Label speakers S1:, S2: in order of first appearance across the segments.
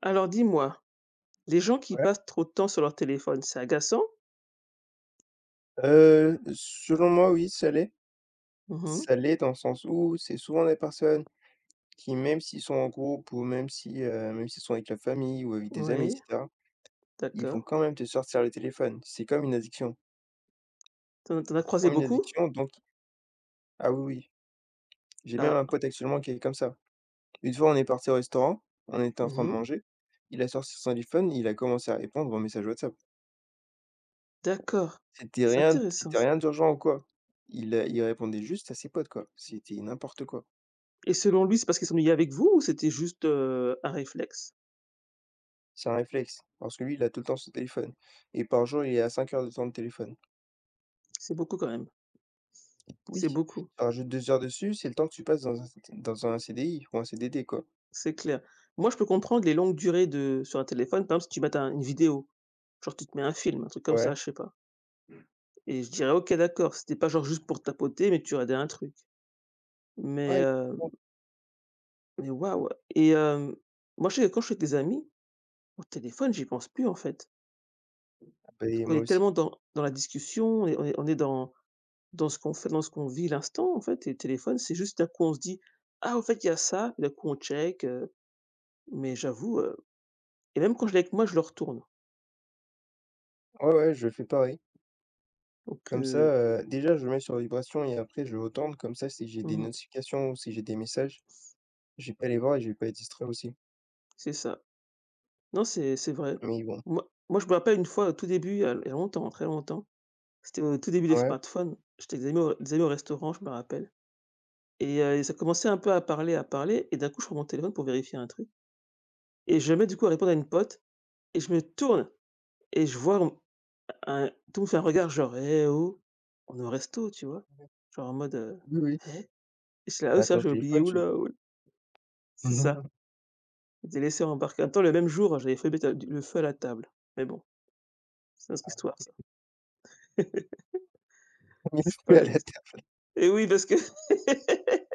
S1: Alors dis-moi, les gens qui
S2: Ouais.
S1: passent trop de temps sur leur téléphone, c'est agaçant?
S2: Selon moi, oui, ça l'est.
S1: Mmh.
S2: Ça l'est dans le sens où c'est souvent des personnes qui, même s'ils sont en groupe ou même si, même s'ils sont avec la famille ou avec des amis et
S1: Oui,
S2: cetera, ils vont
S1: d'accord.
S2: quand même te sortir le téléphone. C'est comme une addiction.
S1: T'en en as
S2: C'est
S1: croisé
S2: comme une
S1: beaucoup?
S2: addiction donc ah oui, oui, j'ai même
S1: Ah,
S2: un pote actuellement qui est comme ça. Une fois, on est parti au restaurant, on était en train de
S1: mmh.
S2: manger, il a sorti son téléphone, il a commencé à répondre aux messages WhatsApp.
S1: D'accord.
S2: C'était
S1: C'est
S2: rien
S1: intéressant
S2: c'était
S1: ça,
S2: rien d'urgent ou quoi. Il répondait juste à ses potes, quoi. C'était n'importe quoi.
S1: et selon lui, c'est parce qu'ils s'ennuyaient avec vous ou c'était juste, un réflexe?
S2: C'est un réflexe, parce que lui, il a tout le temps son téléphone et par jour, il est à 5 heures de temps de téléphone.
S1: C'est beaucoup quand même.
S2: Oui,
S1: C'est
S2: tu
S1: beaucoup,
S2: rajoutes 2 heures dessus, c'est le temps que tu passes dans un CDI ou un CDD, quoi.
S1: c'est clair. Moi, je peux comprendre les longues durées de sur un téléphone, par exemple, si tu mets une vidéo, genre tu te mets un film, un truc comme ça,
S2: Ouais,
S1: je sais pas, et je dirais: «OK, d'accord», c'était pas genre juste pour tapoter, mais tu regardais un truc, mais
S2: ouais,
S1: mais waouh! Et moi, je sais que quand je suis avec des amis, au téléphone, j'y pense plus, en fait. Parce
S2: beh,
S1: qu'on
S2: moi
S1: est
S2: aussi.
S1: tellement dans la discussion, on est dans ce qu'on fait, dans ce qu'on vit l'instant, en fait, et le téléphone, c'est juste d'un coup, on se dit: «Ah, au fait, il y a ça», d'un coup, on check, mais j'avoue, et même quand je l'ai avec moi, je le retourne.
S2: Ouais, ouais, je fais pareil.
S1: Donc
S2: Comme ça, déjà, je le mets sur vibration et après je retourne comme ça, si j'ai
S1: mmh
S2: des
S1: mh,
S2: notifications ou si j'ai des messages, je vais pas les voir et je vais pas être distrait aussi.
S1: c'est ça. Non, c'est vrai.
S2: Mais bon.
S1: Moi, je me rappelle une fois, au tout début, il y a longtemps, très longtemps, c'était au tout début des
S2: Ouais,
S1: smartphones, j'étais avec des amis au restaurant, je me rappelle. Et ça commençait un peu à parler, à parler, et d'un coup, je prends mon téléphone pour vérifier un truc, et je mets du coup à répondre à une pote, et je me tourne, et je vois on un tout me fait un regard genre: «Eh oh!» On est au resto, tu vois? Genre en mode,
S2: oui, oui.
S1: «Hein?» Et j'étais là: «Ah
S2: Bah,
S1: ça
S2: ton
S1: j'ai oublié,
S2: téléphone,
S1: ouh
S2: tu
S1: là, ouh. C'est ça,
S2: non,
S1: je laissé embarquer. En même temps, le même jour, j'avais fait mettre, le feu à la table. Mais bon, c'est une autre histoire ça.
S2: il
S1: C'est
S2: est
S1: pas
S2: plus
S1: la
S2: à la
S1: même histo,
S2: table.
S1: et oui, parce que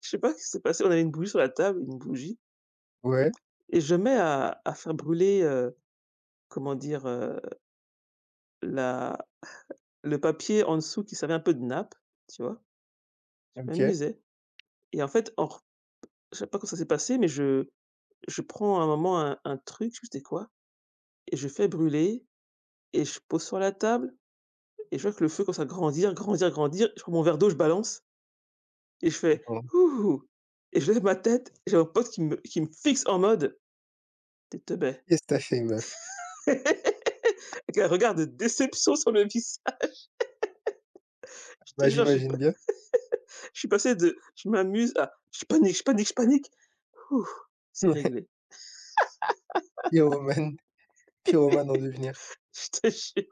S1: je sais pas ce qui s'est passé, on avait une bougie sur la table, une bougie,
S2: Ouais,
S1: et je mets à faire brûler, comment dire? La, le papier en dessous qui servait un peu de nappe, tu vois? Je
S2: OK.
S1: m'amusais, et en fait, en r je sais pas comment ça s'est passé, mais je prends à un moment un truc, je sais quoi, et je fais brûler, et je pose sur la table, et je vois que le feu commence à grandir, grandir, grandir. Je prends mon verre d'eau, je balance, et je fais:
S2: Bon,
S1: «Houhou», et je lève ma tête, et j'ai mon pote qui me fixe en mode: t'es es teubé»
S2: qu'est-ce que t'as fait meuf?
S1: avec un regard de déception sur le visage. Je te
S2: Bah,
S1: jure, je suis
S2: j'imagine
S1: pas
S2: bien.
S1: je suis passé de: «Je m'amuse» à: «Je panique, je panique, je panique». Ouh, c'est
S2: Ouais,
S1: réglé.
S2: pyromane. Pyromane en devenir
S1: Je te jure.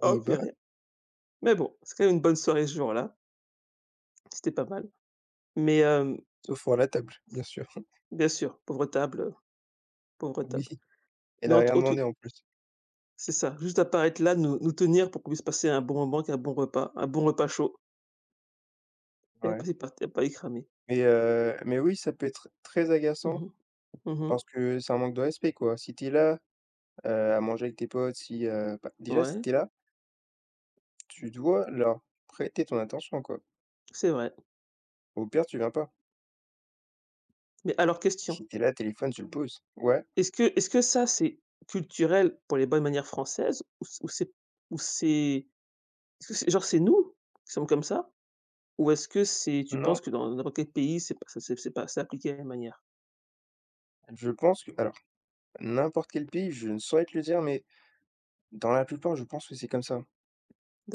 S2: et
S1: Oh
S2: il bat
S1: purée. Mais bon, c'est quand même une bonne soirée ce jour-là. C'était pas mal. Mais,
S2: sauf pour la table, bien sûr.
S1: bien sûr, pauvre table, pauvre
S2: Oui,
S1: table.
S2: elle
S1: Mais
S2: a rien
S1: en tout,
S2: demandé en plus.
S1: c'est ça, juste apparaître là, nous nous tenir pour qu'on puisse passer un bon moment, qu'un bon repas chaud, et
S2: Ouais,
S1: passer par terre, pas y cramer.
S2: mais oui, ça peut être très agaçant
S1: Mmh. Mmh.
S2: parce que c'est un manque de respect, quoi. Si t'es là, à manger avec tes potes, si, bah, déjà, si
S1: Ouais,
S2: t'es là, tu dois leur prêter ton attention, quoi.
S1: c'est vrai.
S2: Au pire, tu viens pas.
S1: Mais alors question,
S2: Si t'es là, téléphone, tu le poses. Ouais,
S1: est-ce que ça, c'est culturel pour les bonnes manières françaises, ou c'est, est-ce que c'est genre c'est nous qui sommes comme ça? Ou est-ce que c'est, tu
S2: non,
S1: penses que dans n'importe quel pays, c'est pas c'est appliqué de la même manière?
S2: je pense que alors, n'importe quel pays, je ne saurais te le dire, mais dans la plupart, je pense que c'est comme ça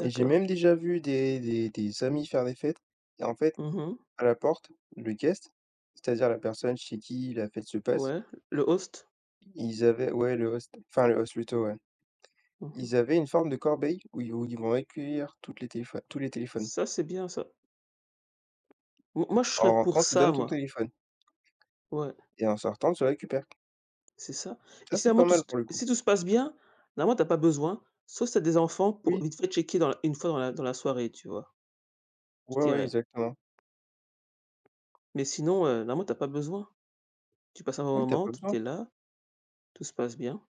S2: et j'ai même déjà vu des amis faire des fêtes et en fait
S1: Mmh mh.
S2: à la porte, le guest, c'est-à-dire la personne chez qui la fête se passe,
S1: Ouais, le host.
S2: ils avaient ouais, le host, enfin le host plutôt, ouais.
S1: Mmh mh.
S2: Ils avaient une forme de corbeille où ils vont recueillir toutes les téléphones tous les téléphones.
S1: Ça, c'est bien ça. Mo Moi, je
S2: En
S1: serais pour
S2: rentrant, tu
S1: ça,
S2: donnes ton
S1: moi.
S2: téléphone
S1: Ouais,
S2: et en sortant, tu le récupères.
S1: c'est ça, et
S2: Ça,
S1: si
S2: c'est
S1: vraiment
S2: pas
S1: tout
S2: mal
S1: se
S2: pour le coup.
S1: si tout se passe bien, normalement, tu as pas besoin, sauf si tu as des enfants pour
S2: Oui,
S1: vite fait checker dans la une fois dans la soirée, tu vois? Je
S2: ouais, ouais,
S1: dirais.
S2: exactement.
S1: Mais sinon, normalement, tu as pas besoin. Tu passes un bon
S2: Oui, t'as
S1: moment,
S2: pas
S1: tout
S2: besoin.
S1: est là, tout se passe bien,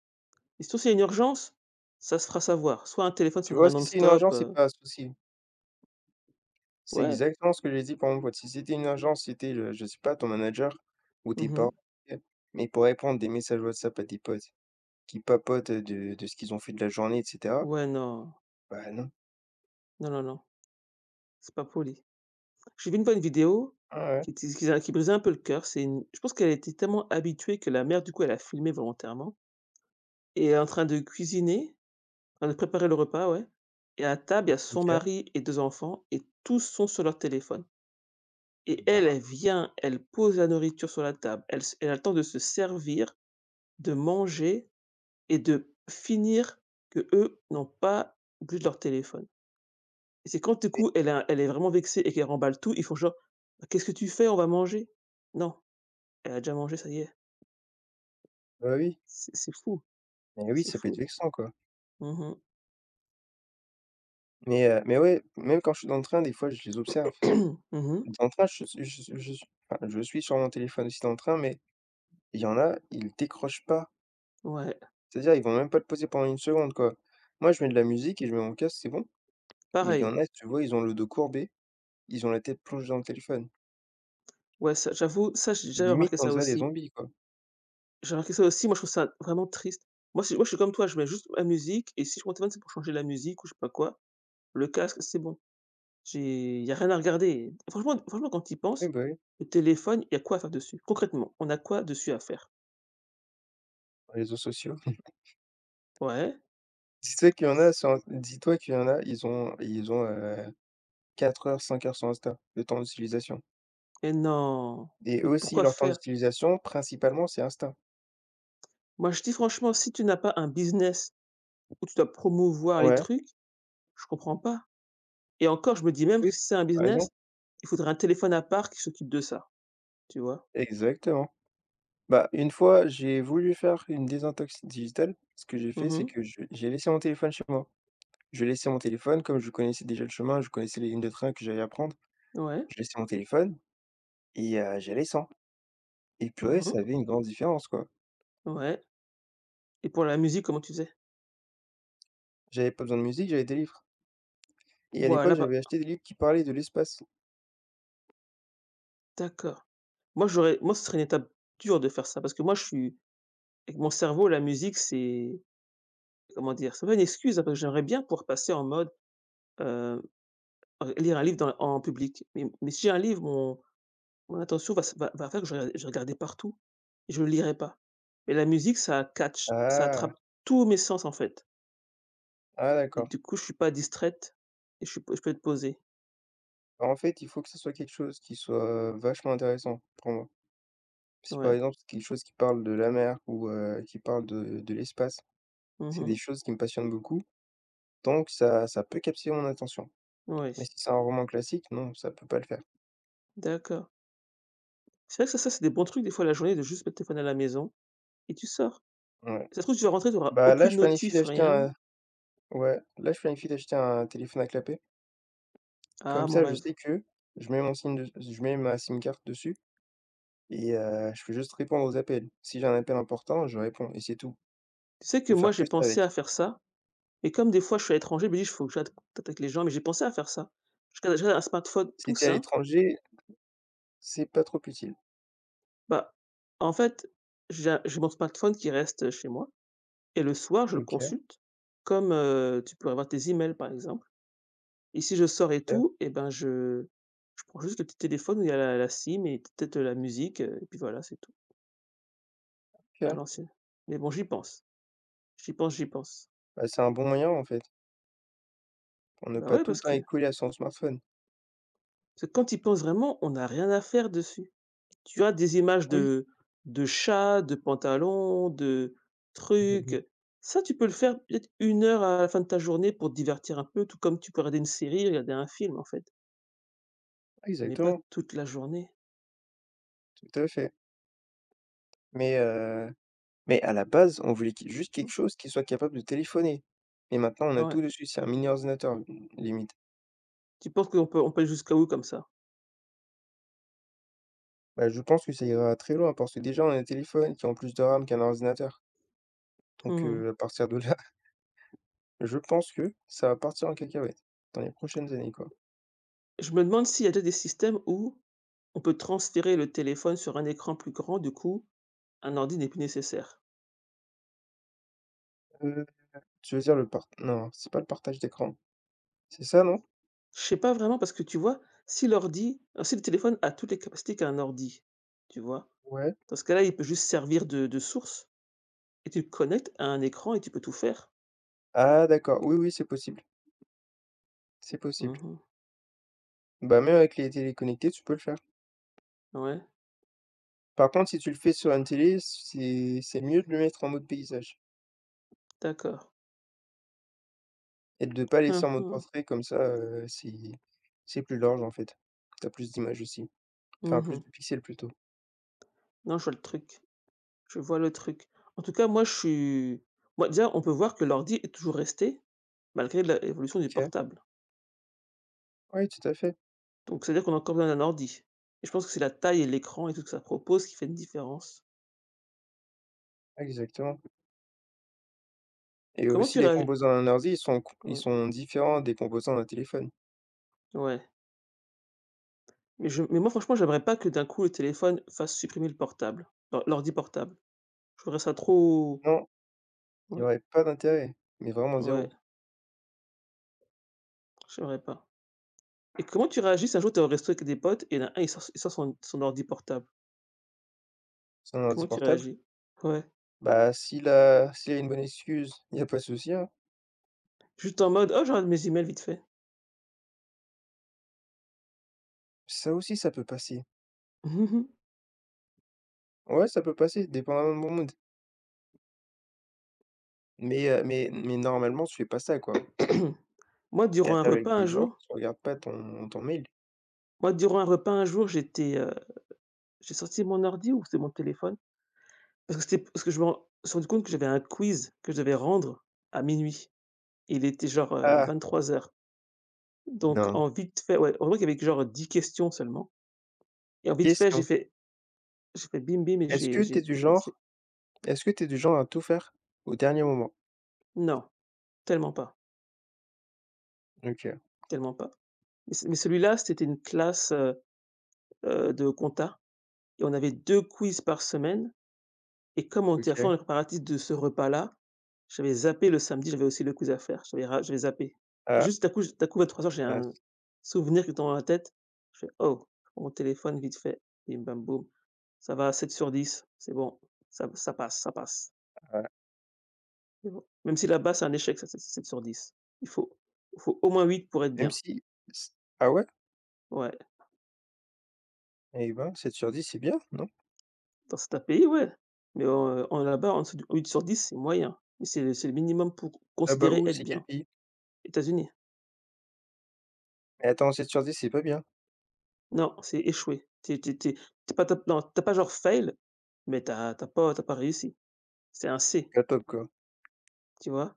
S1: et surtout s'il y a une urgence, ça se fera savoir. Soit un téléphone
S2: Tu
S1: sonnera
S2: vois, si c'est une
S1: non-stop,
S2: urgence, c'est pas un souci. C'est
S1: ouais.
S2: exactement ce que j'ai dit pour mon pote. Si c'était une urgence, c'était, le je sais pas, ton manager ou tes
S1: Mmh mh.
S2: parents, ok, mais pour répondre des messages WhatsApp à tes potes qui papotent, de ce qu'ils ont fait de la journée et cetera.
S1: Ouais, non.
S2: Bah non.
S1: Non, non, non, c'est pas poli. J'ai vu une fois une vidéo
S2: Ah ouais,
S1: qui brisait un peu le cœur. C'est une, je pense qu'elle était tellement habituée que la mère, du coup, elle a filmé volontairement, et elle est en train de cuisiner, en train de préparer le repas, ouais, et à table, il y a son
S2: OK.
S1: mari et 2 enfants, et tous sont sur leur téléphone, et elle,
S2: Bah
S1: elle vient, elle pose la nourriture sur la table. Elle a le temps de se servir, de manger et de finir, que eux n'ont pas plus de leur téléphone, et c'est quand, du
S2: oui,
S1: coup, elle est vraiment vexée et qu'elle remballe tout, ils font genre: quest qu'est-ce que tu fais? On va manger». Non, elle a déjà mangé, ça y est.
S2: bah oui,
S1: C'est fou,
S2: mais oui,
S1: c'est
S2: ça peut être
S1: fou.
S2: vexant, quoi.
S1: Mmh
S2: Mais ouais, même quand je suis dans le train, des fois, je les observe.
S1: mh. Mmh mh.
S2: Dans le train, je suis je suis je suis enfin, je suis sur mon téléphone aussi dans le train, mais il y en a, ils décrochent pas.
S1: Ouais,
S2: C'est-à-dire, ils vont même pas le poser pendant une seconde, quoi. Moi, je mets de la musique et je mets mon casque, c'est bon, mais il y
S1: pareil.
S2: en a, tu vois, ils ont le dos courbé, ils ont la tête plongée dans le téléphone.
S1: Ouais, ça j'avoue, ça j'ai déjà
S2: Limite,
S1: remarqué
S2: on
S1: ça
S2: dirait des
S1: aussi.
S2: zombies, quoi.
S1: J'ai remarqué ça aussi, moi je trouve ça vraiment triste. Moi je suis comme toi, je mets juste la musique, et si je monte mon téléphone, c'est pour changer la musique ou je sais pas quoi. Le casque, c'est bon. J'ai Il y a rien à regarder. Franchement quand tu y
S2: Oui,
S1: penses,
S2: bah oui,
S1: le téléphone, il y a quoi à faire dessus? Concrètement, on a quoi dessus à faire?
S2: réseaux sociaux.
S1: Ouais,
S2: Dis-toi qu'il y en a, ils ont 4 heures, 5 heures sur Insta, le temps d'utilisation
S1: et non,
S2: et
S1: mais
S2: aussi
S1: pourquoi
S2: leur temps
S1: faire?
S2: d'utilisation principalement c'est Insta.
S1: Moi je dis franchement, si tu n'as pas un business où tu dois promouvoir les
S2: Ouais,
S1: trucs, je comprends pas. Et encore, je me dis même
S2: oui,
S1: que si c'est un
S2: tu as raison,
S1: business, il faudrait un téléphone à part qui s'occupe de ça, tu vois?
S2: exactement. Bah, une fois, j'ai voulu faire une désintox digitale. Ce que j'ai fait,
S1: Mmh
S2: c'est
S1: mh.
S2: que je j'ai laissé mon téléphone chez moi. Je laissais mon téléphone, comme je connaissais déjà le chemin, je connaissais les lignes de train que j'allais à prendre.
S1: Ouais.
S2: J'ai laissé mon téléphone et j'allais sans et
S1: Mmh
S2: purée, ça
S1: mh.
S2: avait une grande différence, quoi.
S1: Ouais, et pour la musique, comment tu faisais?
S2: J'avais pas besoin de musique, j'avais des livres et à l'époque,
S1: Voilà, bah
S2: j'avais acheté des livres qui parlaient de l'espace.
S1: d'accord. Moi, j'aurais moi, ce serait une étape dure de faire ça parce que moi, je suis avec mon cerveau, la musique, c'est comment dire? C'est pas une excuse, hein, parce que j'aimerais bien pouvoir passer en mode, heu, lire un livre dans en public, mais si j'ai un livre, mon attention va faire que je vais regarder partout, et je le lirai pas. Mais la musique, ça catch, ça
S2: Ah!
S1: attrape tous mes sens, en fait.
S2: Ah
S1: Et
S2: d'accord.
S1: du coup, je suis pas distraite, et je suis p je peux être posée.
S2: En fait, il faut que ce soit quelque chose qui soit, vachement intéressant pour moi. Si par
S1: Ouais.
S2: exemple, c'est quelque chose qui parle de la mer ou qui parle de l'espace,
S1: Mmh
S2: c'est des
S1: mh.
S2: choses qui me passionnent beaucoup, donc ça ça peut captiver mon attention. Mais
S1: Ouais.
S2: si c'est un roman classique, non, ça peut pas le faire.
S1: D'accord. C'est vrai que ça, c'est des bons trucs des fois la journée de juste mettre le téléphone à la maison et tu sors.
S2: Ouais.
S1: Ça se trouve, si tu vas rentrer, tu auras
S2: Bah là,
S1: aucune
S2: je planifie
S1: notif,
S2: d'acheter
S1: rien.
S2: un ouais, là, je planifie d'acheter un téléphone à clapet.
S1: Ah,
S2: Comme
S1: mon
S2: ça, je
S1: rêve.
S2: sais que je mets mon SIM de je mets ma SIM carte dessus et je peux juste répondre aux appels. Si j'ai un appel important, je réponds et c'est tout.
S1: Tu sais que
S2: Je peux
S1: moi,
S2: faire
S1: j'ai
S2: que ça
S1: pensé à
S2: avec.
S1: faire ça, mais comme des fois je suis à l'étranger, je me dis: «Il faut que j'arrête de contact avec les gens», mais j'ai pensé à faire ça. Je garde un smartphone tout
S2: Si tu es à
S1: simple.
S2: l'étranger, c'est pas trop utile.
S1: Bah, en fait, j'ai mon smartphone qui reste, chez moi, et le soir, je le
S2: OK,
S1: consulte comme, tu peux avoir tes emails, par exemple. Et si je sors et
S2: OK,
S1: tout, et ben, je prends juste le petit téléphone où il y a la SIM et peut-être, la musique, et puis voilà, c'est tout, à
S2: OK.
S1: l'ancienne. Mais bon, j'y pense, j'y pense, j'y pense.
S2: Bah, c'est un bon moyen, en fait, pour ne
S1: Bah,
S2: pas
S1: ouais,
S2: tout le temps être collé à son smartphone.
S1: parce que quand tu y penses vraiment, on n'a rien à faire dessus. Tu as des images
S2: Oui,
S1: de chats, de pantalons, de
S2: mmh
S1: trucs.
S2: mh.
S1: Ça, tu peux le faire peut-être une heure à la fin de ta journée pour te divertir un peu, tout comme tu peux regarder une série, regarder un film, en fait, mais pas
S2: Exactement,
S1: toute la journée.
S2: tout à fait. Mais heu, mais à la base, on voulait qu juste
S1: Mmh,
S2: quelque chose qui soit capable de téléphoner et maintenant on a
S1: ouais.
S2: tout dessus, c'est un mini ordinateur l limite.
S1: Tu penses qu'on peut aller jusqu'à où comme ça?
S2: Bah, je pense que ça ira très loin parce que déjà on a un téléphone qui ont plus de RAM qu'un ordinateur donc
S1: Mmh.
S2: à partir de là, je pense que ça va partir en cacahuète dans les prochaines années, quoi.
S1: Je me demande s'il y a déjà des systèmes où on peut transférer le téléphone sur un écran plus grand, du coup, un ordi n'est plus nécessaire.
S2: Heu, Tu veux dire le part non, c'est pas le partage d'écran. C'est ça, non?
S1: Je sais pas vraiment parce que tu vois, si l'ordi si le téléphone a toutes les capacités qu'un ordi, tu vois?
S2: Ouais.
S1: Dans ce cas-là, il peut juste servir de source, et tu le connectes à un écran et tu peux tout faire.
S2: Ah d'accord, oui, oui, c'est possible, c'est possible.
S1: Mmh.
S2: Bah, même avec les télés connectées, tu peux le faire.
S1: Ouais,
S2: Par contre, si tu le fais sur une télé, c'est mieux de le mettre en mode paysage
S1: d'accord.
S2: et de pas laisser
S1: Mmh
S2: en mode
S1: mh.
S2: portrait comme ça, c'est plus large, en fait. T'as plus d'images aussi, enfin plus
S1: Mmh.
S2: de pixels plutôt.
S1: Non, je vois le truc. Je vois le truc. En tout cas, moi, je suis moi, déjà, on peut voir que l'ordi est toujours resté malgré la évolution du
S2: OK.
S1: portable.
S2: Oui, tout à fait,
S1: Donc c'est-à-dire qu'on a encore besoin d'un ordi? Et je pense que c'est la taille et l'écran et tout ce que ça propose qui fait une différence.
S2: exactement et
S1: Comment
S2: aussi
S1: tu
S2: les
S1: réagis,
S2: composants d'un ordi, ils
S1: ouais,
S2: sont différents des composants d'un téléphone.
S1: ouais, mais je mais moi franchement j'aimerais pas que d'un coup le téléphone fasse supprimer le portable, l'ordi portable. Je trouverais ça trop,
S2: Non, il y
S1: ouais,
S2: aurait pas d'intérêt, mais vraiment
S1: ouais,
S2: zéro.
S1: j'aimerais pas. Et comment tu réagis si un jour tu es au resto avec des potes et il y en a un il sort son ordi portable?
S2: Sur un ordi
S1: Comment tu
S2: portable.
S1: réagis? Ouais,
S2: Bah, s'il a une bonne excuse, il y a pas de souci, hein.
S1: juste en mode: «Oh je regarde mes emails vite fait».
S2: Ça aussi, ça peut passer.
S1: Mhm.
S2: Ouais, ça peut passer, dépendamment de mon mood. Mais normalement, tu fais pas ça, quoi.
S1: Moi
S2: T'es
S1: durant
S2: à
S1: un
S2: table avec
S1: repas un
S2: des gens,
S1: jour
S2: tu regardes pas ton mail.
S1: Moi durant un repas un jour j'étais, j'ai sorti mon ordi ou c'est mon téléphone. Parce que je me ren suis rendu compte que j'avais un quiz que je devais rendre à minuit, et il était genre,
S2: Ah,
S1: 23:00, donc
S2: non.
S1: en vite fait, ouais, en gros, il y avait que genre 10 questions seulement, et en vite fait,
S2: Question,
S1: j'ai fait bim bim, et
S2: est-ce que t'es du
S1: j'ai bossé.
S2: genre est-ce que t'es du genre à tout faire au dernier moment?
S1: Non, tellement pas,
S2: OK,
S1: tellement pas. Mais ce mais celui-là, c'était une classe, de compta, et on avait 2 quiz par semaine. Et comme on était à fond
S2: OK.
S1: dans le préparatifs de ce repas-là, j'avais zappé le samedi, j'avais aussi le quiz à faire, j'avais zappé. Et
S2: Ah,
S1: juste d'un coup, trois heures, j'ai
S2: ouais,
S1: un souvenir qui tombe dans la tête. Je fais: «Oh!» mon téléphone vite fait, bim bam boum. Ça va à sept sur dix, c'est bon, ça passe, ça passe.
S2: ouais.
S1: C'est bon. Même si là-bas, c'est un échec, ça c'est 7/10. Il faut au moins 8 pour être
S2: Même
S1: bien.
S2: si s ah ouais?
S1: Ouais,
S2: Eh ben, 7/10 c'est bien, non?
S1: dans cet pays, ouais, mais en là-bas, en dessous de 8/10, c'est moyen. Mais c'est le minimum pour
S2: Ah bah,
S1: considérer
S2: où?
S1: être
S2: C'est quel
S1: bien.
S2: pays?
S1: États-Unis.
S2: Mais attends, 7/10 c'est pas bien.
S1: Non, c'est échoué. T'es pas tu non, tu pas genre fail, mais t'as pas réussi. C'est un
S2: C'est
S1: C,
S2: pas top, quoi.
S1: tu vois?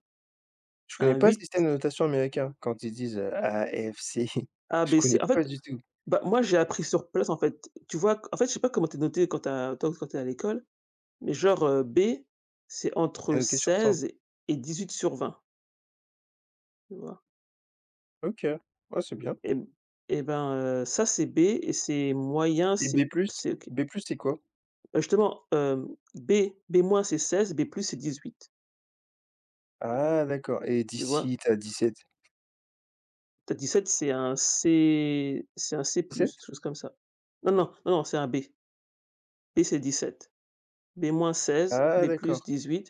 S2: Je connais
S1: Un
S2: pas le
S1: huit,
S2: système de notation américain, quand ils disent, AFC,
S1: A,
S2: je
S1: B, C.
S2: connais
S1: En
S2: pas
S1: fait,
S2: du tout.
S1: bah, moi, j'ai appris sur place, en fait. Tu vois? En fait, je sais pas comment t'es noté quand t'as toi, quand t'es à l'école, mais genre, B, c'est
S2: C'est
S1: entre
S2: noté sur 100.
S1: 16 et 18 sur vingt. Tu vois?
S2: OK, ouais, c'est bien
S1: Et et ben, ça, c'est B et c'est moyen,
S2: et B+?
S1: c'est OK.
S2: B+, c'est quoi?
S1: Bah, justement, B B- c'est 16, B+ c'est 18.
S2: Ah d'accord et
S1: Tu vois?
S2: d'ici, t'as 17.
S1: T'as 17 c'est un C, c'est un C+, quelque
S2: 17.
S1: chose comme ça. Non, non, non, non, c'est un B. B c'est 17, b moins 16,
S2: Ah
S1: b plus
S2: d'accord,
S1: 18.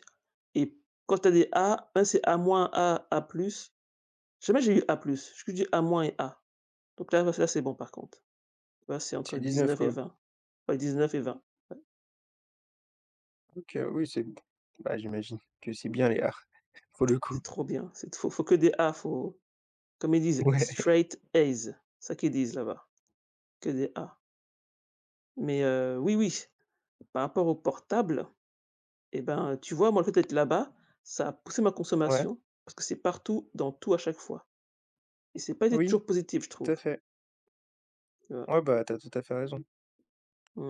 S1: Et quand t'as des A, un c'est A-, moins A, A+, plus. Jamais j'ai eu A+, j'ai que du A- moins et A. Donc là, là c'est bon par contre. Là, c'est
S2: c'est
S1: entre dix
S2: 19
S1: neuf et
S2: quoi.
S1: 20. Ouais, neuf et vingt, ouais.
S2: OK, oui, c'est bah, j'imagine que c'est bien les arts pour le coup.
S1: C'est trop bien, c'est faut que des A, faut comme ils disent
S2: Ouais,
S1: straight A's, c'est ça qu'ils disent là-bas, que des A. Mais oui, oui, par rapport au portable, et ben, tu vois, moi, le fait d'être là-bas, ça a poussé ma
S2: ouais,
S1: consommation parce que c'est partout, dans tout, à chaque fois, et c'est pas été
S2: oui,
S1: toujours positif, je
S2: tout à
S1: trouve,
S2: fait.
S1: tu vois?
S2: Ouais, bah, t'as tout à fait raison.
S1: Mmh.